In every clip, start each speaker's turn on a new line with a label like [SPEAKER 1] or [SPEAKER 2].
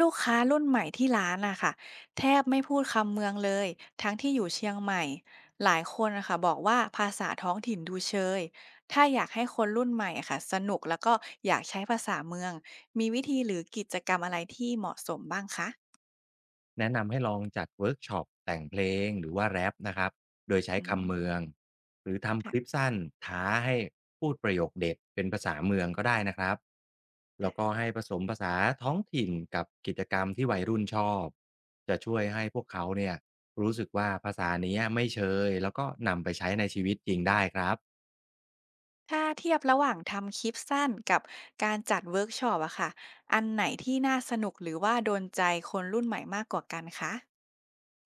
[SPEAKER 1] ลูกค้ารุ่นใหม่ที่ร้านอะค่ะแทบไม่พูดคำเมืองเลยทั้งที่อยู่เชียงใหม่หลายคนอะค่ะบอกว่าภาษาท้องถิ่นดูเชยถ้าอยากให้คนรุ่นใหม่อะค่ะสนุกแล้วก็อยากใช้ภาษาเมืองมีวิธีหรือกิจกรรมอะไรที่เหมาะสมบ้างคะ
[SPEAKER 2] แนะนำให้ลองจัดเวิร์กช็อปแต่งเพลงหรือว่าแรปนะครับโดยใช้
[SPEAKER 1] อื
[SPEAKER 2] คำเมื
[SPEAKER 1] ม
[SPEAKER 2] องหรือทำคลิป
[SPEAKER 1] ค่ะ
[SPEAKER 2] สั้นท้าให้พูดประโยคเด็ดเป็นภาษาเมืองก็ได้นะครับแล้วก็ให้ผสมภาษาท้องถิ่นกับกิจกรรมที่วัยรุ่นชอบจะช่วยให้พวกเขาเนี่ยรู้สึกว่าภาษานี้ไม่เชยแล้วก็นำไปใช้ในชีวิตจริงได้ครับ
[SPEAKER 1] ถ้าเทียบระหว่างทำคลิปสั้นกับการจัดเวิร์กช็อปอะค่ะอันไหนที่น่าสนุกหรือว่าโดนใจคนรุ่นใหม่มากกว่ากันคะ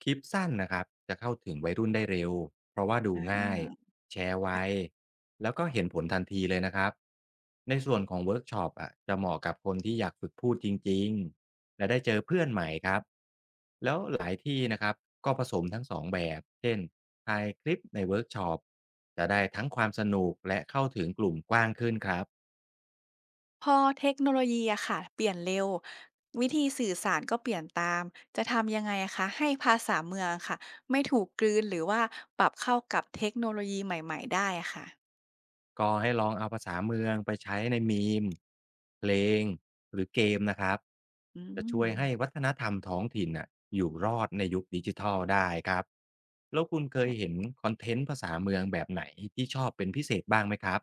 [SPEAKER 2] คลิปสั้นนะครับจะเข้าถึงวัยรุ่นได้เร็วเพราะว่าดู
[SPEAKER 1] อ่
[SPEAKER 2] ง่าย
[SPEAKER 1] า
[SPEAKER 2] แชร์ไวแล้วก็เห็นผลทันทีเลยนะครับในส่วนของเวิร์กช็อปอ่ะจะเหมาะกับคนที่อยากฝึกพูดจริงๆและได้เจอเพื่อนใหม่ครับแล้วหลายที่นะครับก็ผสมทั้งสองแบบเช่นถ่ายคลิปในเวิร์กช็อปจะได้ทั้งความสนุกและเข้าถึงกลุ่มกว้างขึ้นครับ
[SPEAKER 1] พอเทคโนโลยีอะค่ะเปลี่ยนเร็ววิธีสื่อสารก็เปลี่ยนตามจะทำยังไงอะคะให้ภาษาเมืองค่ะไม่ถูกกลืนหรือว่าปรับเข้ากับเทคโนโลยีใหม่ๆได้อะค่ะ
[SPEAKER 2] ก็ให้ลองเอาภาษาเมืองไปใช้ในมีม เพลง หรือเกมนะครับ
[SPEAKER 1] อื
[SPEAKER 2] จะช่
[SPEAKER 1] ม
[SPEAKER 2] วยให้วัฒนธรรมท้องถิ่นน่ะอยู่รอดในยุคดิจิทัลได้ครับ แล้วคุณเคยเห็นคอนเทนต์ภาษาเมืองแบบไหนที่ชอบเป็นพิเศษบ้างไหมครับ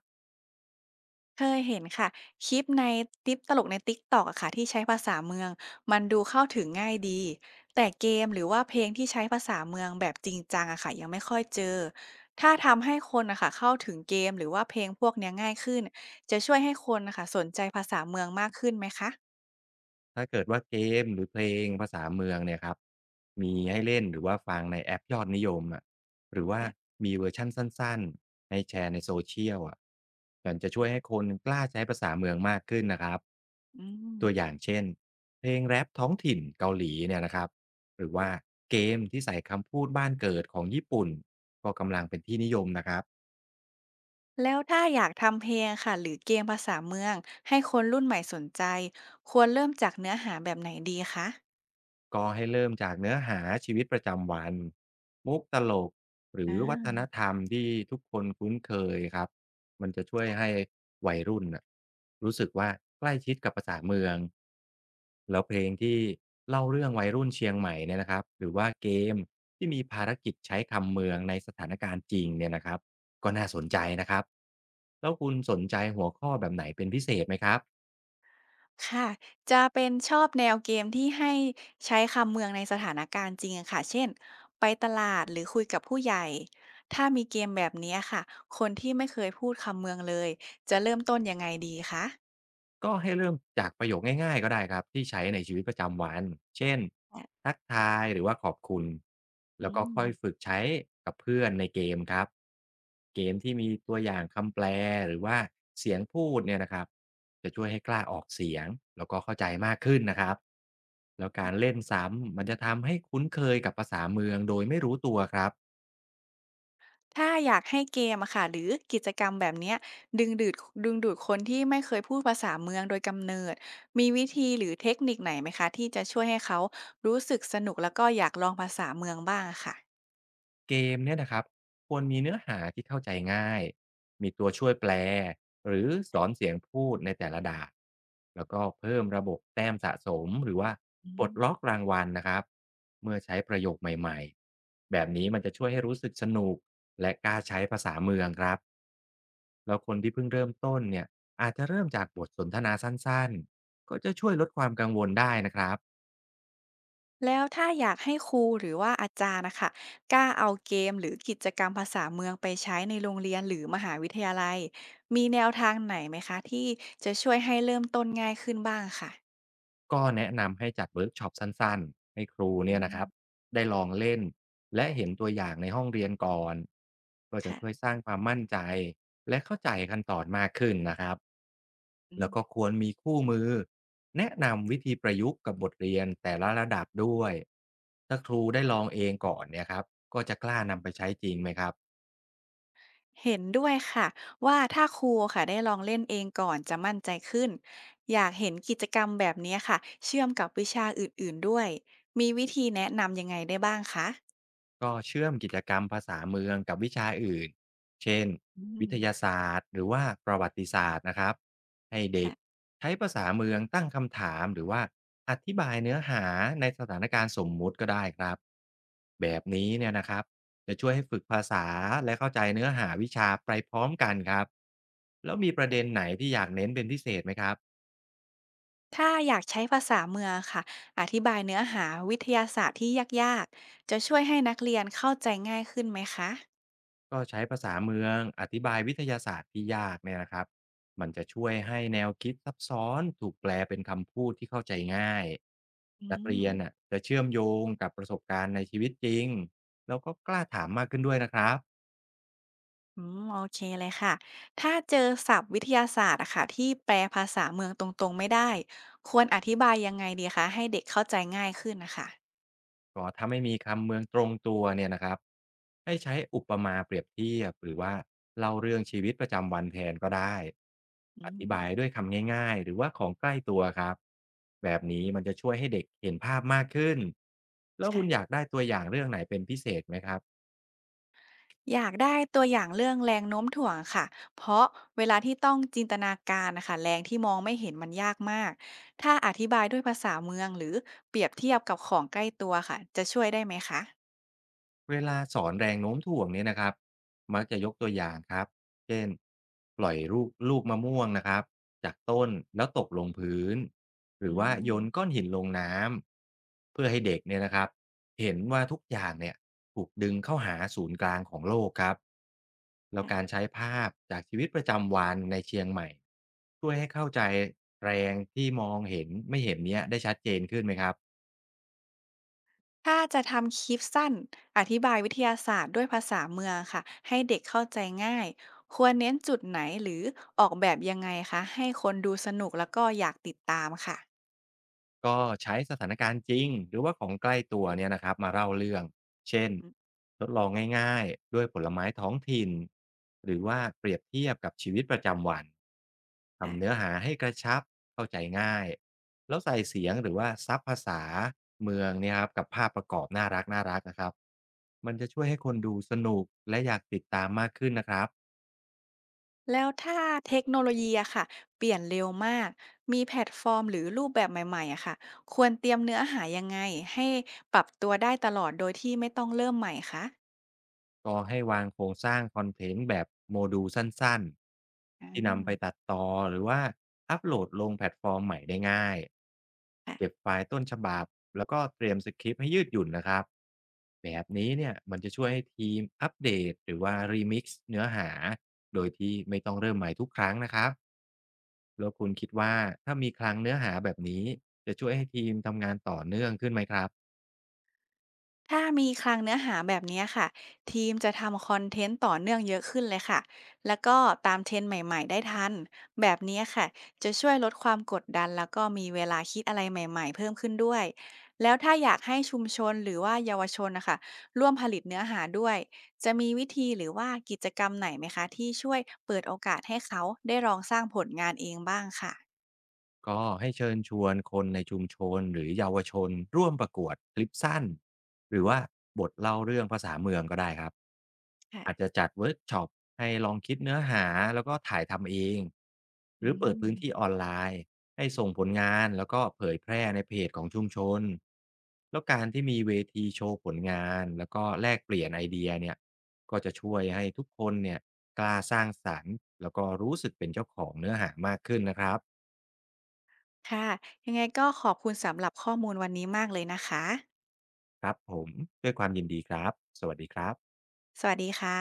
[SPEAKER 1] เคยเห็นค่ะคลิปในติปตลกใน TikTok อะค่ะที่ใช้ภาษาเมืองมันดูเข้าถึงง่ายดีแต่เกมหรือว่าเพลงที่ใช้ภาษาเมืองแบบจริงจังอะค่ะยังไม่ค่อยเจอถ้าทำให้คนนะค่ะเข้าถึงเกมหรือว่าเพลงพวกเนี้ยง่ายขึ้นจะช่วยให้คนน่ะคะสนใจภาษาเมืองมากขึ้นไหมคะ
[SPEAKER 2] ถ้าเกิดว่าเกมหรือเพลงภาษาเมืองเนี่ยครับมีให้เล่นหรือว่าฟังในแอปยอดนิยมอะหรือว่า
[SPEAKER 1] ค่ะ
[SPEAKER 2] มีเวอร์ชันสั้นๆให้แชร์ใน social อะมันจะช่วยให้คนกล้าใช้ภาษาเมืองมากขึ้นนะครับ
[SPEAKER 1] อืม
[SPEAKER 2] ตัวอย่างเช่นเพลงแรปท้องถิ่นเกาหลีเนี่ยนะครับหรือว่าเกมที่ใส่คำพูดบ้านเกิดของญี่ปุ่นก็กำลังเป็นที่นิยมนะครับ
[SPEAKER 1] แล้วถ้าอยากทำเพลงค่ะหรือเกมภาษาเมืองให้คนรุ่นใหม่สนใจควรเริ่มจากเนื้อหาแบบไหนดีคะ
[SPEAKER 2] ก็ให้เริ่มจากเนื้อหาชีวิตประจำวันมุกตลกหรือวัฒน
[SPEAKER 1] อา
[SPEAKER 2] ธรรมที่ทุกคนคุ้นเคยครับมันจะช่วยให้วัยรุ่นน่ะรู้สึกว่าใกล้ชิดกับภาษาเมืองแล้วเพลงที่เล่าเรื่องวัยรุ่นเชียงใหม่เนี่ยนะครับหรือว่าเกมที่มีภารกิจใช้คำเมืองในสถานการณ์จริงเนี่ยนะครับก็น่าสนใจนะครับแล้วคุณสนใจหัวข้อแบบไหนเป็นพิเศษไหมครับ
[SPEAKER 1] ค่ะจะเป็นชอบแนวเกมที่ให้ใช้คำเมืองในสถานการณ์จริงอะค่ะเช่นไปตลาดหรือคุยกับผู้ใหญ่ถ้ามีเกมแบบนี้ค่ะคนที่ไม่เคยพูดคำเมืองเลยจะเริ่มต้นยังไงดีคะ
[SPEAKER 2] ก็ให้เริ่มจากประโยคง่ายๆก็ได้ครับที่ใช้ในชีวิตประจำวันเช่น
[SPEAKER 1] อะ
[SPEAKER 2] ทักทายหรือว่าขอบคุณ
[SPEAKER 1] อื
[SPEAKER 2] แล้วก็
[SPEAKER 1] ม
[SPEAKER 2] ค่อยฝึกใช้กับเพื่อนในเกมครับเกมที่มีตัวอย่างคำแปลหรือว่าเสียงพูดเนี่ยนะครับจะช่วยให้กล้าออกเสียงแล้วก็เข้าใจมากขึ้นนะครับแล้วการเล่นซ้ำมันจะทำให้คุ้นเคยกับภาษาเมืองโดยไม่รู้ตัวครับ
[SPEAKER 1] ถ้าอยากให้เกมอะค่ะหรือกิจกรรมแบบเนี้ยดึงดูดดึงดูดคนที่ไม่เคยพูดภาษาเมืองโดยกำเนิดมีวิธีหรือเทคนิคไหนไหมคะที่จะช่วยให้เขารู้สึกสนุกแล้วก็อยากลองภาษาเมืองบ้างอะค่ะ
[SPEAKER 2] เกมเนี่ยนะครับควรมีเนื้อหาที่เข้าใจง่ายมีตัวช่วยแปลหรือสอนเสียงพูดในแต่ละด่านแล้วก็เพิ่มระบบแต้มสะสมหรือว่า
[SPEAKER 1] อื
[SPEAKER 2] ปลด
[SPEAKER 1] ม
[SPEAKER 2] ล็อกรางวัลนะครับเมื่อใช้ประโยคใหม่ๆแบบนี้มันจะช่วยให้รู้สึกสนุกและกล้าใช้ภาษาเมืองครับแล้วคนที่เพิ่งเริ่มต้นเนี่ยอาจจะเริ่มจากบทสนทนาสั้นๆก็จะช่วยลดความกังวลได้นะครับ
[SPEAKER 1] แล้วถ้าอยากให้ครูหรือว่าอาจารย์นะค่ะกล้าเอาเกมหรือกิจกรรมภาษาเมืองไปใช้ในโรงเรียนหรือมหาวิทยาลัยมีแนวทางไหนไหมคะที่จะช่วยให้เริ่มต้นง่ายขึ้นบ้างค่ะ
[SPEAKER 2] ก็แนะนำให้จัดเวิร์กช็อปสั้นๆให้ครู
[SPEAKER 1] อื
[SPEAKER 2] เนี่ยนะ
[SPEAKER 1] ม
[SPEAKER 2] ครับได้ลองเล่นและเห็นตัวอย่างในห้องเรียนก่อนก็จะช่วย
[SPEAKER 1] ค่ะ
[SPEAKER 2] สร้างความมั่นใจและเข้าใจขั้นตอนมากขึ้นนะครับ
[SPEAKER 1] อื
[SPEAKER 2] แล้
[SPEAKER 1] ม
[SPEAKER 2] วก็ควรมีคู่มือแนะนำวิธีประยุกต์กับบทเรียนแต่ละระดับด้วยถ้าครูได้ลองเองก่อนเนี่ยครับก็จะกล้านำไปใช้จริงไหมครับ
[SPEAKER 1] เห็นด้วยค่ะว่าถ้าครูค่ะได้ลองเล่นเองก่อนจะมั่นใจขึ้นอยากเห็นกิจกรรมแบบนี้ค่ะเชื่อมกับวิชาอื่นๆด้วยมีวิธีแนะนำยังไงได้บ้างคะ
[SPEAKER 2] ก็เชื่อมกิจกรรมภาษาเมืองกับวิชาอื่น เช่น
[SPEAKER 1] อื
[SPEAKER 2] วิ
[SPEAKER 1] ม
[SPEAKER 2] ทยาศาสตร์หรือว่าประวัติศาสตร์นะครับให้เด็กใช้ภาษาเมืองตั้งคำถามหรือว่าอธิบายเนื้อหาในสถานการณ์สมมุติก็ได้ครับแบบนี้เนี่ยนะครับจะช่วยให้ฝึกภาษาและเข้าใจเนื้อหาวิชาไปพร้อมกันครับแล้วมีประเด็นไหนที่อยากเน้นเป็นพิเศษไหมครับ
[SPEAKER 1] ถ้าอยากใช้ภาษาเมืองค่ะอธิบายเนื้อหาวิทยาศาสตร์ที่ยากๆจะช่วยให้นักเรียนเข้าใจง่ายขึ้นไหมคะ
[SPEAKER 2] ก็ใช้ภาษาเมืองอธิบายวิทยาศาสตร์ที่ยากเนี่ยนะครับมันจะช่วยให้แนวคิดซับซ้อนถูกแปลเป็นคำพูดที่เข้าใจง่าย
[SPEAKER 1] อื
[SPEAKER 2] นัก
[SPEAKER 1] ม
[SPEAKER 2] เรียนน่ะจะเชื่อมโยงกับประสบการณ์ในชีวิตจริงแล้วก็กล้าถามมากขึ้นด้วยนะครับ
[SPEAKER 1] อืมโอเคเลยค่ะถ้าเจอศัพท์วิทยาศาสตร์อะค่ะที่แปลภาษาเมืองตรงๆไม่ได้ควรอธิบายยังไงดีคะให้เด็กเข้าใจง่ายขึ้นนะคะ
[SPEAKER 2] ก็ถ้าไม่มีคำเมืองตรงตัวเนี่ยนะครับให้ใช้อุปมาเปรียบเทียบหรือว่าเล่าเรื่องชีวิตประจำวันแทนก็ได้
[SPEAKER 1] อื
[SPEAKER 2] อธิบายด้วย
[SPEAKER 1] ม
[SPEAKER 2] คำง่ายๆหรือว่าของใกล้ตัวครับแบบนี้มันจะช่วยให้เด็กเห็นภาพมากขึ้นแล้วคุณอยาก
[SPEAKER 1] ค่ะ
[SPEAKER 2] ได้ตัวอย่างเรื่องไหนเป็นพิเศษไหมครับ
[SPEAKER 1] อยากได้ตัวอย่างเรื่องแรงโน้มถ่วงค่ะเพราะเวลาที่ต้องจินตนาการนะคะแรงที่มองไม่เห็นมันยากมากถ้าอธิบายด้วยภาษาเมืองหรือเปรียบเทียบกับของใกล้ตัวค่ะจะช่วยได้ไหมคะ
[SPEAKER 2] เวลาสอนแรงโน้มถ่วงเนี่ยนะครับมักจะยกตัวอย่างครับเช่นปล่อยลูกมะม่วงนะครับจากต้นแล้วตกลงพื้น หรื
[SPEAKER 1] อื
[SPEAKER 2] อว่าโยนก้
[SPEAKER 1] ม
[SPEAKER 2] อนหินลงน้ำ เพื่อให้เด็กเนี่ยนะครับเห็นว่าทุกอย่างเนี่ยถูกดึงเข้าหาศูนย์กลางของโลกครับ แล้ว
[SPEAKER 1] ค่ะ
[SPEAKER 2] การใช้ภาพจากชีวิตประจำวันในเชียงใหม่ช่วยให้เข้าใจแรงที่มองเห็นไม่เห็นเนี้ยได้ชัดเจนขึ้นไหมครับ
[SPEAKER 1] ถ้าจะทำคลิปสั้นอธิบายวิทยาศาสตร์ด้วยภาษาเมืองค่ะให้เด็กเข้าใจง่ายควรเน้นจุดไหนหรือออกแบบยังไงคะให้คนดูสนุกแล้วก็อยากติดตามค่ะ
[SPEAKER 2] ก็ใช้สถานการณ์จริงหรือว่าของใกล้ตัวเนี่ยนะครับมาเล่าเรื่อง เช่น
[SPEAKER 1] อืม
[SPEAKER 2] ทดลองง่ายๆด้วยผลไม้ท้องถิ่นหรือว่าเปรียบเทียบกับชีวิตประจำวันทำเนื้อ
[SPEAKER 1] ค่ะ
[SPEAKER 2] หาให้กระชับเข้าใจง่ายแล้วใส่เสียงหรือว่าซับภาษาเมืองเนี่ยครับกับภาพประกอบน่ารักน่ารักนะครับมันจะช่วยให้คนดูสนุกและอยากติดตามมากขึ้นนะครับ
[SPEAKER 1] แล้วถ้าเทคโนโลยีอะค่ะเปลี่ยนเร็วมากมีแพลตฟอร์มหรือรูปแบบใหม่ๆอะค่ะควรเตรียมเนื้อหายังไงให้ปรับตัวได้ตลอดโดยที่ไม่ต้องเริ่มใหม่คะ
[SPEAKER 2] ก็ให้วางโครงสร้างคอนเทนต์แบบโมดูลสั้นๆ ที่นำไปตั
[SPEAKER 1] อ
[SPEAKER 2] ดต่อหรือว่าอัปโหลดลงแพลตฟอร์มใหม่ได้ง่าย เก็
[SPEAKER 1] ค่ะ
[SPEAKER 2] บไฟล์ต้นฉบับแล้วก็เตรียมสคริปต์ให้ยืดหยุ่นนะครับแบบนี้เนี่ยมันจะช่วยให้ทีมอัปเดตหรือว่ารีมิกซ์เนื้อหาโดยที่ไม่ต้องเริ่มใหม่ทุกครั้งนะครับแล้วคุณคิดว่าถ้ามีคลังเนื้อหาแบบนี้จะช่วยให้ทีมทำงานต่อเนื่องขึ้นไหมครับ
[SPEAKER 1] ถ้ามีคลังเนื้อหาแบบนี้ค่ะทีมจะทำคอนเทนต์ต่อเนื่องเยอะขึ้นเลยค่ะแล้วก็ตามเทรนด์ใหม่ๆได้ทันแบบนี้ค่ะจะช่วยลดความกดดันแล้วก็มีเวลาคิดอะไรใหม่ๆเพิ่มขึ้นด้วยแล้วถ้าอยากให้ชุมชนหรือว่าเยาวชนนะคะร่วมผลิตเนื้อหาด้วยจะมีวิธีหรือว่ากิจกรรมไหนไหมคะที่ช่วยเปิดโอกาสให้เขาได้ลองสร้างผลงานเองบ้างค่ะ
[SPEAKER 2] ก็ให้เชิญชวนคนในชุมชนหรือเยาวชนร่วมประกวดคลิปสั้นหรือว่าบทเล่าเรื่องภาษาเมืองก็ได้ครับอาจจะ
[SPEAKER 1] ค่ะ
[SPEAKER 2] จัดเวิร์กช็อปให้ลองคิดเนื้อหาแล้วก็ถ่ายทำเองห
[SPEAKER 1] อื
[SPEAKER 2] รือเปิด
[SPEAKER 1] ม
[SPEAKER 2] พื้นที่ออนไลน์ให้ส่งผลงานแล้วก็เผยแพร่ในเพจของชุมชนแล้วการที่มีเวทีโชว์ผลงานแล้วก็แลกเปลี่ยนไอเดียเนี่ยก็จะช่วยให้ทุกคนเนี่ยกล้าสร้างสรรค์แล้วก็รู้สึกเป็นเจ้าของเนื้อหามากขึ้นนะครับ
[SPEAKER 1] ค่ะยังไงก็ขอบคุณสำหรับข้อมูลวันนี้มากเลยนะคะ
[SPEAKER 2] ครับผมด้วยความยินดีครับสวัสดีครับ
[SPEAKER 1] สวัสดีค่ะ